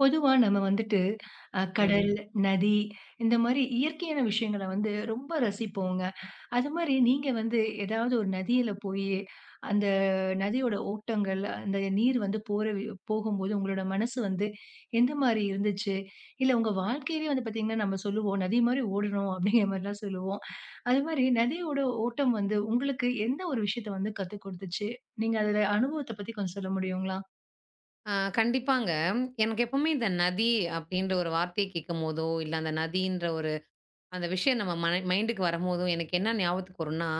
பொதுவா நம்ம வந்துட்டு ம். கடல், நதி இந்த மாரி இயற்கையான விஷயங்கள வந்து ரொம்ப ரசிப்போங்க. அது மாரி நீங்க வந்து ஏதாவது ஒரு நதியில போயி, அந்த நதியோட ஓட்டங்கள், அந்த நீர் வந்து போற போகும்போது உங்களோட மனசு வந்து எந்த மாரி இருந்துச்சு? இல்ல உங்க வாழ்க்கையிலேயே வந்து பார்த்தீங்கன்னா, நம்ம சொல்லுவோம், "நதி மாரி ஓடணும்." அப்படிங்கிற மாரிலாம் சொல்லுவோம். அது மாரி நதியோட ஓட்டம் வந்து உங்களுக்கு எந்த ஒரு விஷயத்த வந்து கத்துக் குடுத்துச்சு? நீங்க அதுல அனுபவத்த பத்தி கொஞ்சம் சொல்ல முடியுங்களா? ஆ கண்டிப்பாங்க. எனக்கு எப்பவுமே இந்த நதி அப்டின்ற ஒரு வார்த்தைய கேட்கும்போதோ, இல்ல அந்த நதின்ற ஒரு அந்த விஷயம் நம்ம மன மைண்டுக்கு வரும்போதோ, எனக்கு என்ன ஞாபகத்துக்கு வரும்னா,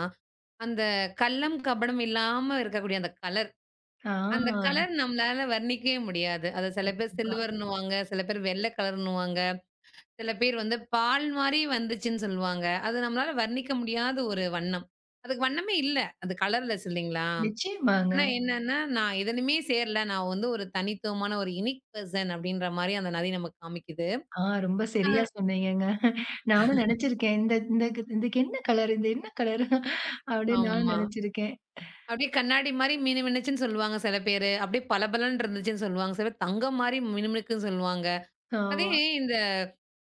அந்த கல்லம், கபடம் இல்லாம இருக்கக்கூடிய அந்த கலர். ஆ. அந்த கலர் நம்மளால வர்ணிக்கவே முடியாது. அத சில பேர் கண்டிப்பா. சில்வர்ன்னுவாங்க, சில பேர் வெள்ள கலர்ன்னுவாங்க, சில பேர் வந்து பால் மாரி வந்துச்சுன்னு சொல்லுவாங்க. அது நம்மளால வர்ணிக்க முடியாத ஒரு வண்ணம். அதுக்கு வண்ணமே இல்ல. அது கலர்லெஸ் இல்லைங்களா? நிச்சயமாங்க. ஆனா என்னன்னா, நான் எதுலயுமே சேரல. நான் வந்து ஒரு தனித்துவமான ஒரு யுனிக் பெர்சன் அப்படின்ற மாரி அந்த நதி நமக்கு காமிக்குது. ஆ, ரொம்ப சரியா அ சொன்னீங்கங்க. நானும் நெனச்சிருக்கேன். இந்த இந்த இதுக்கு என்ன கலர்? இந்த என்ன கலர்? அப்டின்னு நானும் ஆமா. நெனச்சிருக்கேன். அப்படியே கண்ணாடி மாரி மினுமினுச்சுன்னு சொல்லுவாங்க சில பேரு. அப்படியே பளபளன்னு இருந்துச்சுன்னு சொல்லுவாங்க. சில பேர் தங்கம் மாரி மினுமினுக்குன்னு சொல்லுவாங்க. அதே ஆமா. இந்த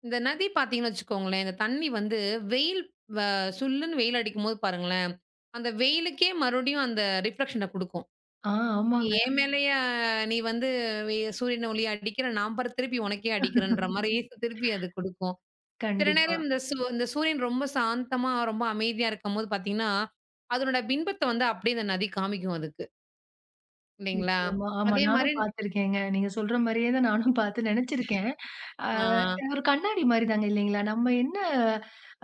இந்த நதி பார்த்தீங்கன்னு வச்சுக்கோங்களேன், இந்த தண்ணி வந்து வெயில் வ சுல்லுன்னு வெயில் அடிக்கும்போது பாருங்களேன், அந்த வெயிலுக்கே மறுபடியும் அந்த ரிஃப்ளெக்ஷன குடுக்கும். ஆ, ஆமாங்க. "என் மேலயா நீ வந்து சூரியன் ஒளி அடிக்கிற, நான் பாரு திருப்பி உனக்கே அடிக்கிறேன்ற" மாரி திருப்பி அது குடுக்கும். சில கண்டிப்பா. நேரம் இந்த இந்த சூரியன் ரொம்ப சாந்தமா, ரொம்ப அமைதியா இருக்கும்போது பார்த்தீங்கன்னா, அதனோட பின்பத்த வந்து அப்படியே இந்த நதி காமிக்கும் அதுக்கு. இல்லைங்களா? நிச்சயமா. ஆமா, அதே நானும் மாரி. பார்த்துருக்கேங்க. நீங்க சொல்ற மாரியே தான் நானும் பார்த்து நெனச்சிருக்கேன். ஆ, ஆ ஒரு கண்ணாடி மாரி தாங்க இல்லைங்களா? நம்ம என்ன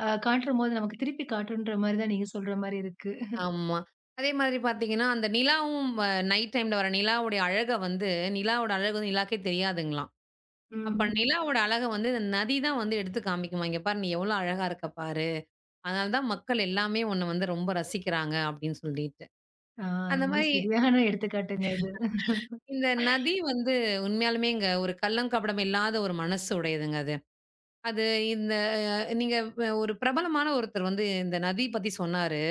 காட்டும்போது நமக்கு திருப்பி காட்டுன்ற மாரி தான் நீங்க சொல்ற மாரி இருக்கு. ஆமா. அதே மாதிரி பார்த்தீங்கன்னா, அந்த நிலாவும் நைட் டைம்ல வர நிலாவுடைய அழக வந்து நிலாவோட அழகு வந்து நிலாக்கே தெரியாதுங்களாம். அப்ப ம். நிலாவோட அழக வந்து இந்த நதி தான் வந்து எடுத்து காமிக்குமாம். "இங்க பாரு! நீ எவ்வளோ அழகா இருக்க பாரு. அதனால தான் மக்கள் எல்லாமே உன்ன வந்து ரொம்ப ரசிக்கிறாங்க." அப்படின்னு சொல்லிட்டு. ஆ, அந்த ரொம்ப மாரி சரியான எடுத்துக்காட்டுங்க இது. இந்த நதி வந்து உண்மையாலுமேங்க ஒரு கள்ளம், கபடம் இல்லாத ஒரு மனசு உடையதுங்க அது. அது இந்த நீங்க ஒரு பிரபலமான ஒருத்தர் வந்து இந்த நதி பத்தி சொன்னாரு.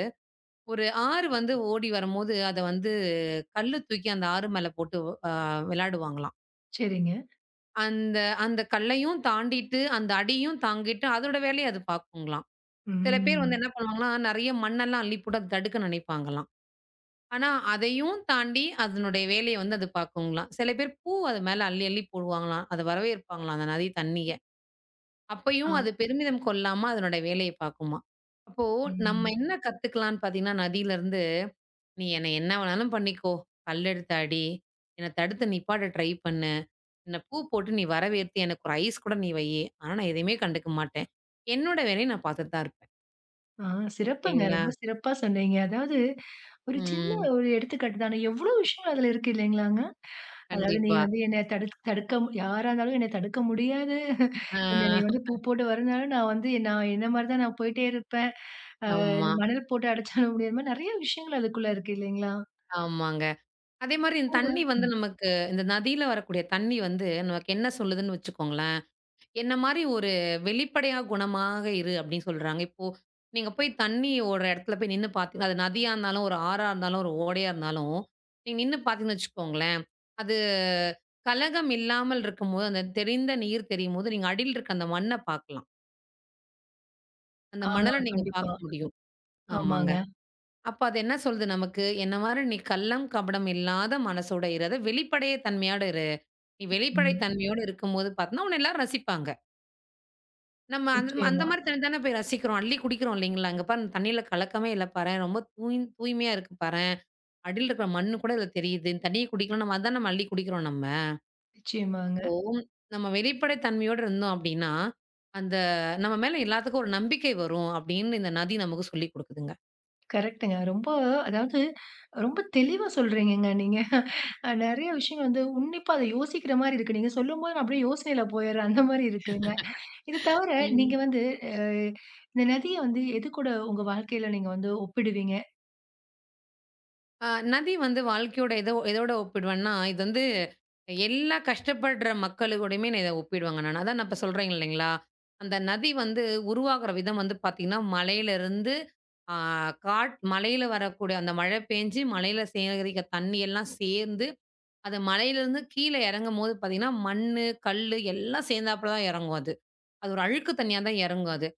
ஒரு ஆறு வந்து ஓடி வரும்போது, அத வந்து கல்லு தூக்கி அந்த ஆறு மேல போட்டு அ விளையாடுவாங்களாம். சரிங்க. அந்த அந்த கல்லையும் தாண்டிட்டு, அந்த அடியும் தாங்கிட்டு அதோட வேலைய அது பாக்குங்களாம். சில பேர் வந்து ம். என்ன பண்ணுவாங்கன்னா, நெறைய மண்ணெல்லாம் அள்ளி போட்டு அத தடுக்க நினைப்பாங்களாம். ஆனா, அதையும் தாண்டி அதனுடைய வேலைய வந்து அது பாக்குங்களாம். சில பேர் பூ அது மேல அள்ளி அள்ளி போடுவாங்களாம். அத வரவேற்பாங்களாம் அந்த நதி தண்ணிய. ஆ. அப்பயும் அது பெருமிதம் கொள்ளாம அதனுடைய வேலைய பாக்குமாம். அப்போ நம்ம ம். என்ன கத்துக்கலாம்ன்னு பாத்தீங்கன்னா, நதியிலருந்து "நீ என்ன என்ன வேணாலும் பண்ணிக்கோ. கல்லெடுத்து அடி. என்ன தடுத்து நிப்பாட்ட ட்ரை பண்ணு. என்ன பூ போட்டு நீ வரவேற்று எனக்கு ஒரு ஐஸ் கூட நீ வையி. ஆனா நான் எதையுமே கண்டுக்க மாட்டேன். என்னோட வேலைய நான் பாத்துட்டு தான் இருப்பேன்." ஆ, சிறப்புங்க. இல்லைங்களா? ரொம்ப சிறப்பா சொன்னீங்க. அதாவது ஒரு சின்ன ம். ஒரு எடுத்துக்காட்டு தானே. எவ்ளோ விஷயங்கள் அதுல இருக்கு இல்லைங்களாங்க? அதாவது நீ கண்டிப்பா. வந்து என்னை தடுக்க யாரா இருந்தாலும் என்னை தடுக்க முடியாது. ஆ. என்ன நீ வந்து பூ போட்டு வரனாலும் நான் வந்து நான் என்ன மாரி தான் நான் போயிட்டே இருப்பேன். அ ஆமா. மணல் போட்டு அடைச்சாலும் முடியாத மாரி நெறைய விஷயங்கள் அதுக்குள்ள இருக்கு இல்லைங்களா? ஆமாங்க. அதேமாரி இந்த தண்ணி போக. வந்து நமக்கு இந்த நதியில வரக்கூடிய தண்ணி வந்து நமக்கு என்ன சொல்லுதுன்னு வச்சுக்கோங்களேன். என்ன மாரி ஒரு வெளிப்படையா குணமாக இரு அப்படின்னு சொல்றாங்க. இப்போ நீங்க போய் தண்ணி ஓடுற இடத்துல போய் நின்னு பார்த்தீங்க, அது நதியா இருந்தாலும், ஒரு ஆறா இருந்தாலும், ஒரு ஓடையா இருந்தாலும், நீங்க நின்னு பார்த்தீங்கன்னு வச்சுக்கோங்களேன், அது கலகம் இல்லாமல் இருக்கும்போது, அந்த தெரிந்த நீர் தெரியும்போது, நீங்க அடியில இருக்க அந்த மண்ண பார்க்கலாம். அந்த ஆ, மணல நீங்க கண்டிப்பா. பார்க்க முடியும். ஆமாங்க. ஆமாங்க. அப்ப அது என்ன சொல்லுது நமக்கு? என்ன மாரி நீ கள்ளம், கபடம் இல்லாத மனசோட இரு. அதாவது வெளிப்படை தன்மையோட இரு. நீ வெளிப்படை ம். தன்மையோட இருக்கும்போது பார்த்தீன்னா, உன்ன எல்லாரும் ரசிப்பாங்க. நம்ம அந்த அந்த நிச்சயமா, மாரி தண்ணி தானே போய் ரசிக்கிறோம். அள்ளி குடிக்கிறோம் இல்லைங்களா? "அங்க பாரு தண்ணீல கலக்கமே இல்ல பாரேன். ரொம்ப தூய்மையா இருக்கு பாரேன். அடியில இருக்கிற மண்ணு கூட இதுல தெரியுது. இந்த தண்ணிய குடிக்கலாம்." நம்ம அதான் நம்ம அள்ளி குடிக்கிறோம் நம்ம. நிச்சயமாங்க. அப்போ நம்ம வெளிப்படை தன்மையோட இருந்தோம் அப்படின்னா, அந்த நம்ம மேல எல்லாத்துக்கும் ஒரு நம்பிக்கை வரும் அப்படின்னு இந்த நதி நமக்கு சொல்லிக் குடுக்குதுங்க. கரெக்ட்டுங்க. ரொம்ப அதாவது ரொம்ப தெளிவா சொல்றீங்கங்க நீங்க. நெறைய விஷயங்கள் வந்து உன்னிப்பா அத யோசிக்கிற மாரி இருக்கு. நீங்க சொல்லும்போது நான் அப்படியே யோசனையில போயிடுறேன். அந்த மாரி இருக்குங்க. இது தவிர ம். நீங்க வந்து அ இந்த நதிய வந்து எது கூட உங்க வாழ்க்கையில நீங்க வந்து ஒப்பிடுவீங்க? அ நதி வந்து வாழ்க்கையோட எதோ எதோட ஒப்பிடுவேன்னா, இது வந்து எல்லா கஷ்டப்படுற மக்களுக்கூடயுமே நான் இத ஒப்பிடுவேங்க நானு. அதான் நான் இப்ப சொல்றேன் இல்லைங்களா? அந்த நதி வந்து உருவாகுற விதம் வந்து பார்த்தீங்கன்னா, மலையிலருந்து ஆ காட் மலையில வரக்கூடிய அந்த மழை பேஞ்சு, மலையில சேகரிக்கிற தண்ணி எல்லாம் சேர்ந்து, அது மலையிலருந்து கீழ இறங்கும்போது பார்த்தீங்கன்னா, மண்ணு, கல்லு எல்லாம் சேர்ந்தாப்புல தான் இறங்கும் அது. அது ஒரு அழுக்கு தண்ணியா தான் இறங்கும் அது.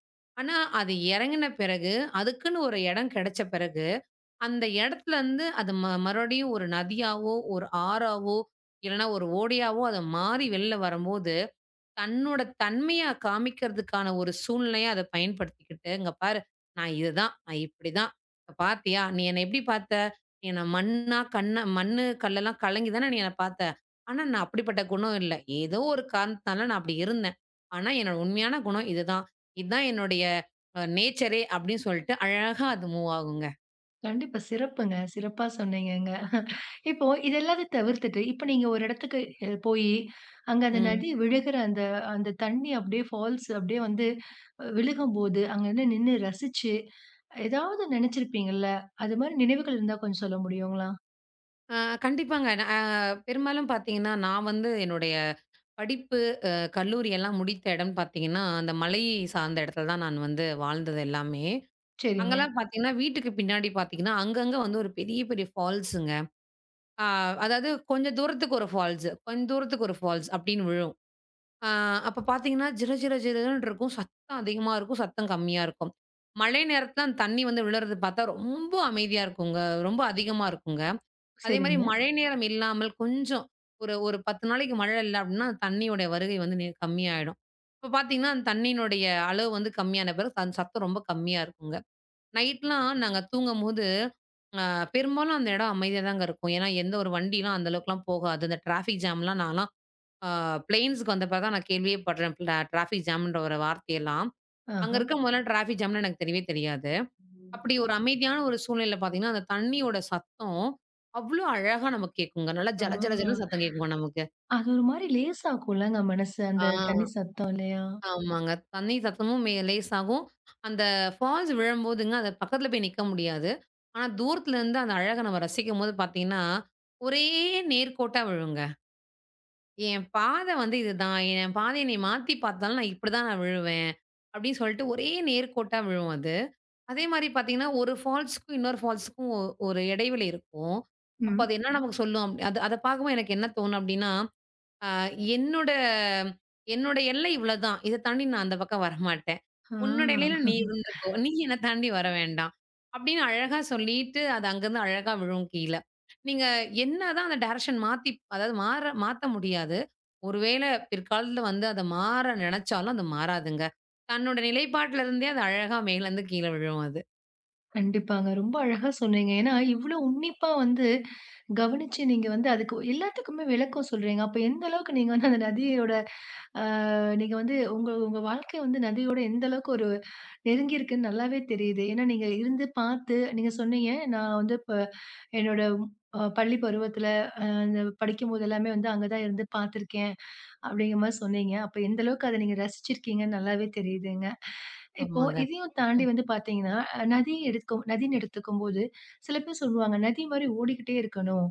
ஆனா, அது இறங்கின பிறகு, அதுக்குன்னு ஒரு இடம் கிடைச்ச பிறகு அந்த இடத்துலருந்து அது மறுபடியும் ஒரு நதியாவோ, ஒரு ஆறாவோ, இல்லன்னா ஒரு ஓடையாவோ அத மாறி வெளில வரும்போது, தன்னோட தன்மைய காமிக்கிறதுக்கான ஒரு சூழ்நிலையா அத பயன்படுத்திக்கிட்டு, "இங்க பாரு நான் இதுதான். நான் இப்படிதான். இப்ப பாத்தியா? நீ என்ன எப்படி பாத்த? நீ என்ன மண்ணா, மண்ணு, கல்லெல்லாம் கலங்கி தானே நீ என்ன பாத்த. ஆனா நான் அப்படிப்பட்ட குணம் இல்ல. ஏதோ ஒரு காரணத்தினால நான் அப்படி இருந்தேன். ஆனா என்னோட உண்மையான குணம் இதுதான். இதான் என்னுடைய நேச்சரே" அப்படின்னு சொல்லிட்டு அழகா அது மூவ் ஆகுங்க. கண்டிப்பா, சிறப்புங்க. சிறப்பா சொன்னீங்கங்க. இப்போ இது எல்லாத்தையும் தவிர்த்துட்டு, இப்ப நீங்க ஒரு இடத்துக்கு போயி, அங்க அந்த ம். நதி விழுகிற அந்த அந்த தண்ணி அப்படியே ஃபால்ஸ் அப்படியே வந்து விழுகும்போது, அங்க வந்து நின்னு ரசிச்சு, ஏதாவது நெனச்சிருப்பீங்கல்ல? அது மாரி நினைவுகள் இருந்தா கொஞ்சம் சொல்ல முடியுங்களா? ஆ கண்டிப்பாங்க. பெரும்பாலும் பார்த்தீங்கன்னா, நான் வந்து என்னுடைய படிப்பு, அ கல்லூரி எல்லாம் முடித்த இடம்னு பார்த்தீங்கன்னா, அந்த மலை சார்ந்த இடத்துல தான் நான் வந்து வாழ்ந்தது எல்லாமே. சரிங்க, அங்கலாம் பார்த்தீங்கன்னா, வீட்டுக்கு பின்னாடி பார்த்தீங்கன்னா, அங்கங்க வந்து ஒரு பெரிய, பெரிய ஃபால்ஸுங்க. ஆ அதாவது கொஞ்சம் தூரத்துக்கு ஒரு ஃபால்ஸ், கொஞ்சம் தூரத்துக்கு ஒரு ஃபால்ஸ் அப்படின்னு விழும். ஆ அப்ப பார்த்தீங்கன்னா, ஜிர ஜிர ஜிரன்னு இருக்கும். சத்தம் அதிகமா இருக்கும், சத்தம் கம்மியா இருக்கும். மழை நேரத்தில அந்த தண்ணி வந்து விழுறது பார்த்தா ரொம்ப அமைதியா இருக்குங்க. ரொம்ப அதிகமா இருக்குங்க. அதே மாரி சரிங்க. மழை நேரம் இல்லாமல் கொஞ்சம் ஒரு ஒரு 10 நாளைக்கு மழை இல்ல அப்டின்னா, தண்ணியோட வருகை வந்து கம்மியாயிடும். இப்ப பார்த்தீங்கன்னா, அந்த தண்ணீனுடைய அளவு வந்து கம்மியான பிறகு அந்த சத்தம் ரொம்ப கம்மியா இருக்குங்க. நைட்லாம் நாங்க தூங்கும்போது, அ பெரும்பாலும் அந்த இடம் அமைதியா தாங்க இருக்கும். ஏன்னா, எந்த ஒரு வண்டிலாம் அந்த அளவுக்குலாம் போகாது. இந்த டிராஃபிக் ஜாம்லாம் நான்லாம் அ பிளெயின்ஸ்க்கு வந்த பிறகு தான் நான் கேள்வியே படுறேன். டிராஃபிக் ஜாம்ன்ற ஒரு வார்த்தையெல்லாம். அங்க ஆஹா. இருக்க முதல்ல டிராஃபிக் ஜாம்ன்னு எனக்கு தெரியவே தெரியாது. அப்படி ஒரு அமைதியான ஒரு சூழ்நிலையில பார்த்தீங்கன்னா, அந்த தண்ணியோட சத்தம் அவ்ளோ அழகா நமக்கு கேட்குங்க. நல்லா ஆ. ஜல ஜல ஜலன்னு சத்தம் கேட்குமா நமக்கு. அது ஒரு மாரி லேசாக்கும்லங்க மனசு, ஆ. அந்த தண்ணி சத்தம் இல்லையா? ஆமாங்க. தண்ணி சத்தமும் லேசாகும். அந்த ஃபால்ஸ் விழும்போதுங்க, அது பக்கத்துல போய் நிக்க முடியாது. ஆனா, தூரத்துல இருந்து அந்த அழக நம்ம ரசிக்கும்போது பார்த்தீங்கன்னா, ஒரே நேர்கோட்டா விழுங்க. என் பாதை வந்து இதுதான். என் பாதைய நீ மாத்தி பார்த்தாலும் நான் இப்படிதான் நான் விழுவேன். அப்படின்னு சொல்லிட்டு ஒரே நேர்கோட்டா விழும் அது. அதே மாரி பார்த்தீங்கன்னா, ஒரு ஃபால்ஸ்‌க்கும் இன்னொரு ஃபால்ஸ்‌க்கும் ஒரு இடைவெளி இருக்கும். அப்ப ம். அது என்ன நமக்கு சொல்லும் அது அத பார்க்கும்போது எனக்கு என்ன தோணும் அப்டின்னா, அ என்னோட என்னோட எல்லை இவ்வளதான். இத தாண்டி நான் அந்த பக்கம் வரமாட்டேன். உன்னோட எல்லையில ஆ, நீ இருந்துக்கோ. நீ என்ன தாண்டி வர வேண்டாம். அப்டின்னு அழகா சொல்லிட்டு, அது அங்கருந்து அழகா விழும் கீழ. நீங்க என்னதான் அந்த டைரக்ஷன் மாத்தி அதாவது மாத்த முடியாது. ஒருவேள பிற்காலத்துல வந்து அத மாற நெனச்சாலும் அது மாறாதுங்க. தன்னோட நிலைப்பாட்டுல இருந்தே அது அழகா மேலருந்து கீழ விழும் அது. கண்டிப்பாங்க. ரொம்ப அழகா சொன்னீங்க. ஏன்னா, இவ்ளோ உன்னிப்பா வந்து கவனிச்சு நீங்க வந்து அதுக்கு எல்லாத்துக்குமே விளக்கம் சொல்றீங்க. அப்ப எந்த அளவுக்கு நீங்க வந்து அந்த நதியோட அ நீங்க வந்து உங்க உங்க வாழ்க்கை வந்து நதியோட எந்த அளவுக்கு ஒரு நெருங்கி இருக்குன்னு நல்லாவே தெரியுது. ஏன்னா, நீங்க இருந்து பார்த்து நீங்க சொன்னீங்க, "நான் வந்து இப்ப என்னோட பள்ளி பருவத்துல அந்த படிக்கும்போது எல்லாமே வந்து அங்க தான் இருந்து பார்த்துருக்கேன்." அப்படிங்கிற மாரி சொன்னீங்க. அப்ப எந்த அளவுக்கு அத நீங்க ரசிச்சிருக்கீங்கன்னு நல்லாவே தெரியுதுங்க. இப்போ ஆமாங்க. இதையும் தாண்டி ம். வந்து பார்த்தீங்கன்னா, நதி எடுக்கும் நதின்னு எடுத்துக்கும்போது, சில பேர் சொல்லுவாங்க, "நதி மாரி ஓடிக்கிட்டே இருக்கணும்."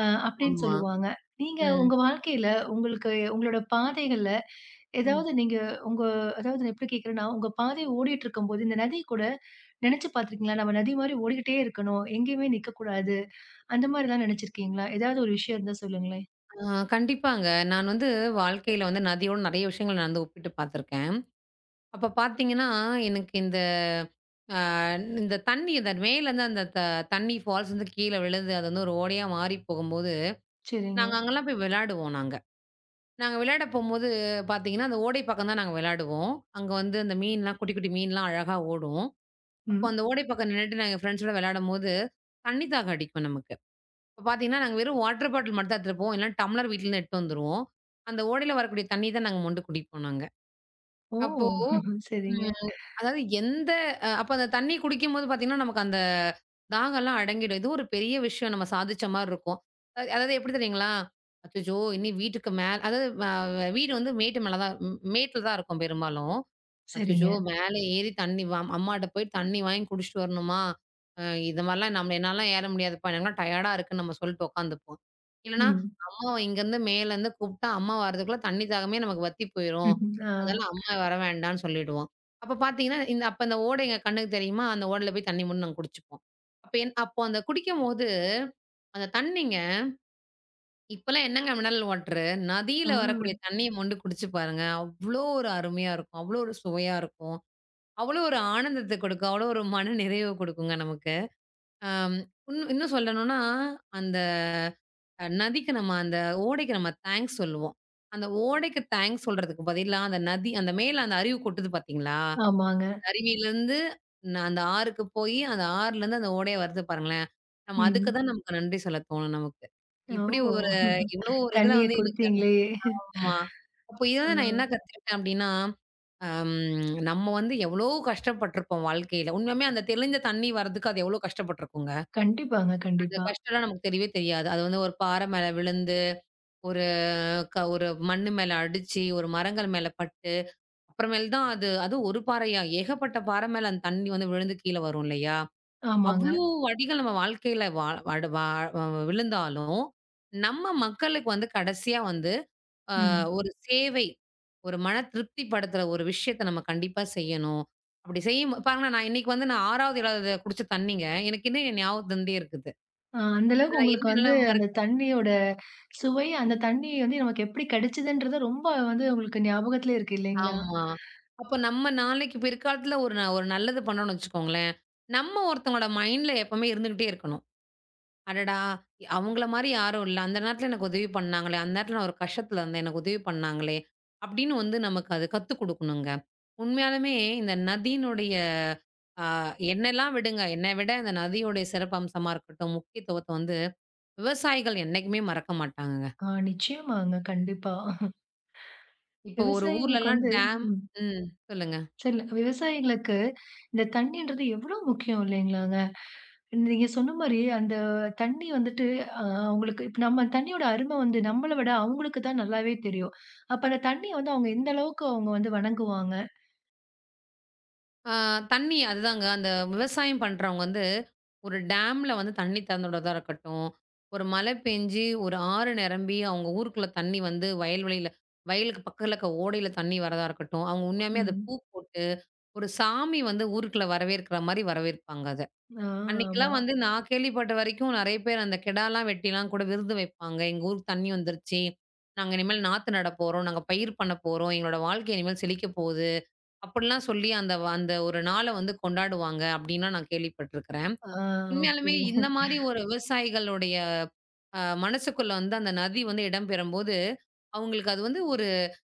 அப்படின்னு ஆமா. சொல்லுவாங்க. நீங்க ம். உங்க வாழ்க்கையில உங்களுக்கு உங்களோட பாதைகள்ல ம். ஏதாவது நீங்க உங்க அதாவது நான் எப்படி கேட்கிறேன்னா, உங்க பாதை ஓடிட்டுருக்கும்போது, இந்த நதி கூட நெனச்சு பார்த்துருக்கீங்களா? நம்ம நதி மாரி ஓடிக்கிட்டே இருக்கணும். எங்கேயுமே நிக்கக்கூடாது. அந்த மாரிலாம் நெனச்சிருக்கீங்களா? ஏதாவது ஒரு விஷயம் இருந்தா சொல்லுங்களேன். ஆ கண்டிப்பாங்க. நான் வந்து வாழ்க்கையில வந்து நதியோட நெறைய விஷயங்கள் நான் வந்து ஒப்பிட்டு பார்த்துருக்கேன். அப்ப பார்த்தீங்கன்னா, எனக்கு இந்த அ இந்த தண்ணி இந்த மேலேருந்து அந்த தண்ணி ஃபால்ஸ் வந்து கீழ விழுது, அது வந்து ஒரு ஓடையா மாறி போகும்போது, சரிங்க. நாங்க அங்கலாம் போய் விளையாடுவோம் நாங்க. நாங்க விளையாட போம்போது பார்த்தீங்கன்னா, அந்த ஓடை பக்கம் தான் நாங்க விளையாடுவோம். அங்க வந்து அந்த மீன்லாம் குட்டி, குட்டி மீன்லாம் அழகா ஓடும். அப்போ ம். அந்த ஓடை பக்கம் நின்னுட்டு நாங்க ஃப்ரெண்ட்ஸோட விளையாடும்போது, தண்ணி தாகம் அடிக்கும் நமக்கு. இப்ப பார்த்தீங்கன்னா, நாங்க வெறும் வாட்டர் பாட்டில் மட்டும் தான் எடுத்துட்டு போவோம். இல்லன்னா டம்ளர் வீட்லருந்து எடுத்துட்டு வந்துருவோம். அந்த ஓடையில வரக்கூடிய தண்ணி தான் நாங்க மொண்டு குடிப்போம் நாங்க. ஓ! அப்போ சரிங்க. ம் அதாவது எந்த அப்ப அந்த தண்ணி குடிக்கும்போது பார்த்தீங்கன்னா, நமக்கு அந்த தாகம்லாம் அடங்கிடும். ஏதோ ஒரு பெரிய விஷயம் நம்ம சாதிச்ச மாரி இருக்கும். அதாவது எப்படி தெரியுங்களா? அச்சச்சோ! இனி வீட்டுக்கு மேல அதாவது வீடு வந்து மேட்டு மேல தான் மேட்ல தான் இருக்கும் பெரும்பாலும். சரிங்க. அச்சச்சோ! மேல ஏறி தண்ணி அம்மாட்ட போய் தண்ணி வாங்கி குடிச்சுட்டு வரணுமா? அ இது மாரிலாம் நம்ம என்னாலாம் ஏற முடியாதுப்பா. எனக்குலாம் டயர்டா இருக்குன்னு நம்ம சொல்லிட்டு உட்காந்துப்போம். இல்லன்னா, ம். அம்மாவ இங்கேருந்து மேலேருந்து கூப்பிட்டா, அம்மா வரதுக்குள்ள தண்ணி தாகமே நமக்கு வத்தி போயிரும். ஆ, அதனால அம்மா வர வேண்டான்னு சொல்லிடுவோம். அப்ப பார்த்தீங்கன்னா, இந்த அப்ப அந்த ஓடை எங்க கண்ணுக்கு தெரியுமா? அந்த ஓடையில போய் தண்ணி மொண்டு நாங்க குடிச்சுப்போம். அப்ப அப்போ அந்த குடிக்கும்போது, அந்த தண்ணிங்க இப்பலாம் என்னங்க மினரல் வாட்டரு, ஆ, நதியில வரக்கூடிய தண்ணிய மொண்டு குடிச்சு பாருங்க. அவ்ளோ ஒரு அருமையா இருக்கும். அவ்ளோ ஒரு சுவையா இருக்கும். அவ்வளோ ஒரு ஆனந்தத்த கொடுக்கும். அவ்வளோ ஒரு மன நிறைவு கொடுக்குங்க நமக்கு. அம் இன்னும் இன்னும் சொல்லணும்னா, அந்த நதிக்கு நம்ம அந்த ஓடைக்கு நம்ம தேங்க்ஸ் சொல்லுவோம். அந்த ஓடைக்கு தேங்க்ஸ் சொல்றதுக்கு பதிலா, அந்த நதி அந்த மேல அந்த அருவி கொட்டுது பார்த்தீங்களா? ஆமாங்க. அருவியிலருந்து அந்த ஆறுக்கு போயி, அந்த ஆறுலருந்து அந்த ஓடையா வருது பாருங்களேன். நம்ம அதுக்கு ம். தான் நமக்கு நன்றி சொல்ல தோணும் நமக்கு. இப்படி ஓ! ஒரு இவ்வளோ ஒரு இதுல தண்ணிய வந்து குடுத்தீங்களே! ஆமா. அப்போ ஆ, இதுலருந்து நான் என்ன கத்துக்கிட்டேன் அப்டின்னா, அம் நம்ம வந்து எவ்ளோ கஷ்டப்பட்டுருப்போம் வாழ்க்கையில. உண்மையாலுமே அந்த தெளிஞ்ச தண்ணி வரதுக்கு அது எவ்ளோ கஷ்டப்பட்டுருக்குங்க. கண்டிப்பாங்க, அந்த கண்டிப்பா. கஷ்டம்லாம் நமக்கு தெரியவே தெரியாது. அது வந்து ஒரு பாற மேல விழுந்து, ஒரு ஒரு மண்ணு மேல அடிச்சு, ஒரு மரங்கள் மேல பட்டு, அப்புறமேல் தான் அது அதுவும் ஒரு பாறையா, ஏகப்பட்ட பாறை மேல அந்த தண்ணி வந்து விழுந்து கீழ வரும் இல்லையா? ஆமாங்க. அவ்ளோ அடிகள் நம்ம வாழ்க்கையில வா வட வா அ விழுந்தாலும், நம்ம மக்களுக்கு வந்து கடைசியா வந்து அ ம். ஒரு சேவை, ஒரு மன திருப்தி படுத்துற ஒரு விஷயத்த நம்ம கண்டிப்பா செய்யணும். அப்படி செய்யும் பாருங்களேன், நான் இன்னைக்கு வந்து நான் 6வது, 7வது குடிச்ச தண்ணீங்க, எனக்கு இன்னும் என் ஞாபகத்து இருந்தே இருக்குது. ஆ, அந்த அளவுக்கு ஏன்னா உங்களுக்கு இன்னும் வந்து என்னால அந்த தண்ணியோட சுவை, அந்த தண்ணி வந்து நமக்கு எப்படி கிடைச்சதுன்றது ரொம்ப வந்து உங்களுக்கு ஞாபகத்திலே இருக்கு இல்லைங்களா? ஆமா. அப்ப நம்ம நாளைக்கு பிற்காலத்துல ஒரு ஒரு நல்லது பண்ணோம்னு வச்சுக்கோங்களேன், நம்ம ஒருத்தவங்களோட மைண்ட்ல எப்பவுமே இருந்துகிட்டே இருக்கணும். அடடா! அவங்கள மாரி யாரும் இல்ல. அந்த நேரத்துல எனக்கு உதவி பண்ணாங்களே, அந்த நேரத்துல நான் ஒரு கஷ்டத்துல இருந்தேன், எனக்கு உதவி பண்ணாங்களே, அப்படின்னு வந்து நமக்கு அது கத்துக் குடுக்கணுங்க. உண்மையாலுமே இந்த நதியினுடைய ஆ என்னெல்லாம் விடுங்க. என்ன விட இந்த நதியுடைய சிறப்பம்சமா இருக்கட்டும், முக்கியத்துவத்த வந்து விவசாயிகள் என்னைக்குமே மறக்க மாட்டாங்கங்க. ஆ, நிச்சயமாங்க. கண்டிப்பா. இப்போ ஒரு விவசாயிங்களுக்கு ஊர்லலாம் வந்து டேம். ம். சொல்லுங்க. சில விவசாயிகளுக்கு இந்த தண்ணீன்றது எவ்வளோ முக்கியம் இல்லைங்களாங்க? நீங்க சொன்ன மாரி, அந்த தண்ணி வந்துட்டு அவங்களுக்கு இப்ப நம்ம தண்ணியோட அரும வந்து நம்மள விட அவங்களுக்கு தான் நல்லாவே தெரியும். அப்ப அந்த தண்ணிய வந்து அவங்க எந்த அளவுக்கு அவங்க வந்து வணங்குவாங்க. ஆ தண்ணி அதுதாங்க அந்த விவசாயம் பண்றவங்க வந்து ஒரு டேம்ல வந்து தண்ணி திறந்து விடுறதா இருக்கட்டும், ஒரு மழை பெஞ்சு ஒரு ஆறு நிரம்பி அவங்க ஊருக்குள்ள தண்ணி வந்து வயல்வெளியில வயலுக்கு பக்கத்துல இருக்க ஓடையில தண்ணி வரதா இருக்கட்டும், அவங்க உண்மையாலுமே அத ம். பூ போட்டு, ஒரு சாமி வந்து ஊருக்குள்ள வரவேற்கிற மாரி வரவேற்பாங்க. ஆ, ஆமா. அன்னைக்கெல்லாம் வந்து நான் கேள்விப்பட்ட வரைக்கும் நெறைய பேர் அந்த கெடாலாம் வெட்டிலாம் கூட விருந்து வைப்பாங்க. எங்க ஊருக்கு தண்ணி வந்துருச்சு. நாங்க இனிமேல் நாத்து நடப் போறோம். நாங்க பயிர் பண்ணப் போறோம். எங்களோட வாழ்க்கை இனிமேல் செழிக்கப் போகுது. அப்படிலாம் சொல்லி அந்த அந்த ஒரு நாள வந்து கொண்டாடுவாங்க அப்படின்லாம் நான் கேள்விப்பட்டுருக்கிறேன். ஆ, ஓகே. உண்மையாலுமே இந்த மாரி ஒரு விவசாயிகளுடைய மனசுக்குள்ள வந்து அந்த நதி வந்து இடம் பெறும்போது, அவங்களுக்கு அது வந்து ஒரு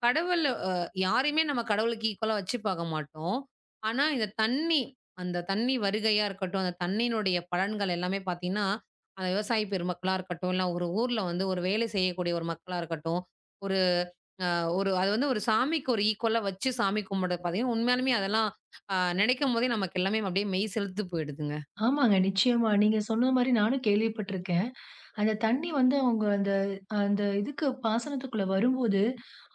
கடவுள் யாரையுமே நம்ம கடவுளுக்கு ஈக்குவலா வச்சு பாக்க மாட்டோம். ஆனா, இந்த தண்ணி, அந்த தண்ணி வருகையா இருக்கட்டும், அந்த தண்ணீனுடைய பலன்கள் எல்லாமே பாத்தீங்கன்னா, அந்த விவசாயி பெருமக்களா இருக்கட்டும், இல்ல ஒரு ஊர்ல வந்து ஒரு வேலை செய்யக்கூடிய ஒரு மக்களா இருக்கட்டும், ஒரு அ ஒரு அது வந்து ஒரு சாமிக்கு ஒரு ஈக்குவலா வச்சு சாமி கும்பிட பாத்தீங்கன்னா, உண்மையாலுமே அதெல்லாம் அ நினைக்கும்போதே நமக்கு எல்லாமே அப்படியே மெய் செலுத்து போயிடுதுங்க. ஆமாங்க. நிச்சயமா. நீங்க சொன்ன மாரி நானும் கேள்விப்பட்டிருக்கேன். அந்த தண்ணி வந்து அவங்க அந்த அந்த இதுக்கு பாசனத்துக்குள்ள வரும்போது,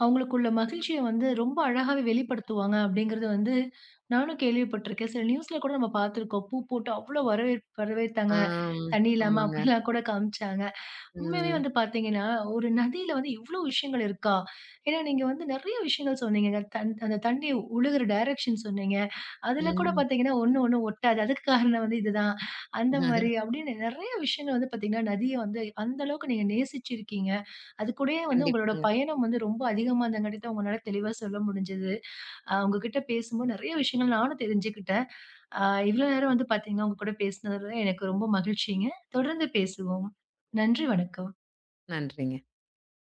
அவங்களுக்குள்ள மகிழ்ச்சிய வந்து ரொம்ப அழகாவே வெளிப்படுத்துவாங்க அப்படிங்கிறது வந்து நானும் கேள்விப்பட்டிருக்கேன். சில நியூஸ்ல கூட நம்ம பார்த்துருக்கோம். பூ போட்டு அவ்ளோ வரவேற்பாங்க. ஆம். தண்ணி இல்லாம ஆமாங்க. அப்படிலாம் கூட காமிச்சாங்க. உண்மையாவே ம். வந்து பார்த்தீங்கன்னா, ஒரு நதியில வந்து இவ்ளோ விஷயங்கள் இருக்கா? ஏன்னா நீங்க வந்து நெறைய விஷயங்கள் சொன்னீங்கங்க. அந்த தண்ணி ஒழுகுற டைரக்ஷன் சொன்னீங்க. அதுல கூட ம். பார்த்தீங்கன்னா, ஒண்ணு ஒண்ணு ஒட்டாது. அதுக்கு காரணம் வந்து இதுதான். அந்த மாரி அப்படின்னு நெறைய விஷயங்கள் வந்து பார்த்தீங்கன்னா, நதிய வந்து அந்த அளவுக்கு நீங்க நேசிச்சிருக்கீங்க. அதுக்கூடயே வந்து உங்களோட கண்டிப்பாங்க. பயணம் வந்து ரொம்ப அதிகமா இருந்தங்காட்டி உங்களால தெளிவா சொல்ல முடிஞ்சது. உங்ககிட்ட பேசும்போது நெறைய விஷயங்கள் நானும் தெரிஞ்சுக்கிட்டேன். அ இவ்ளோ நேரம் வந்து பார்த்தீங்கன்னா, உங்க கூட பேசினதுல எனக்கு ரொம்ப மகிழ்ச்சிங்க. தொடர்ந்து பேசுவோம். நன்றி, வணக்கம். நன்றிங்க.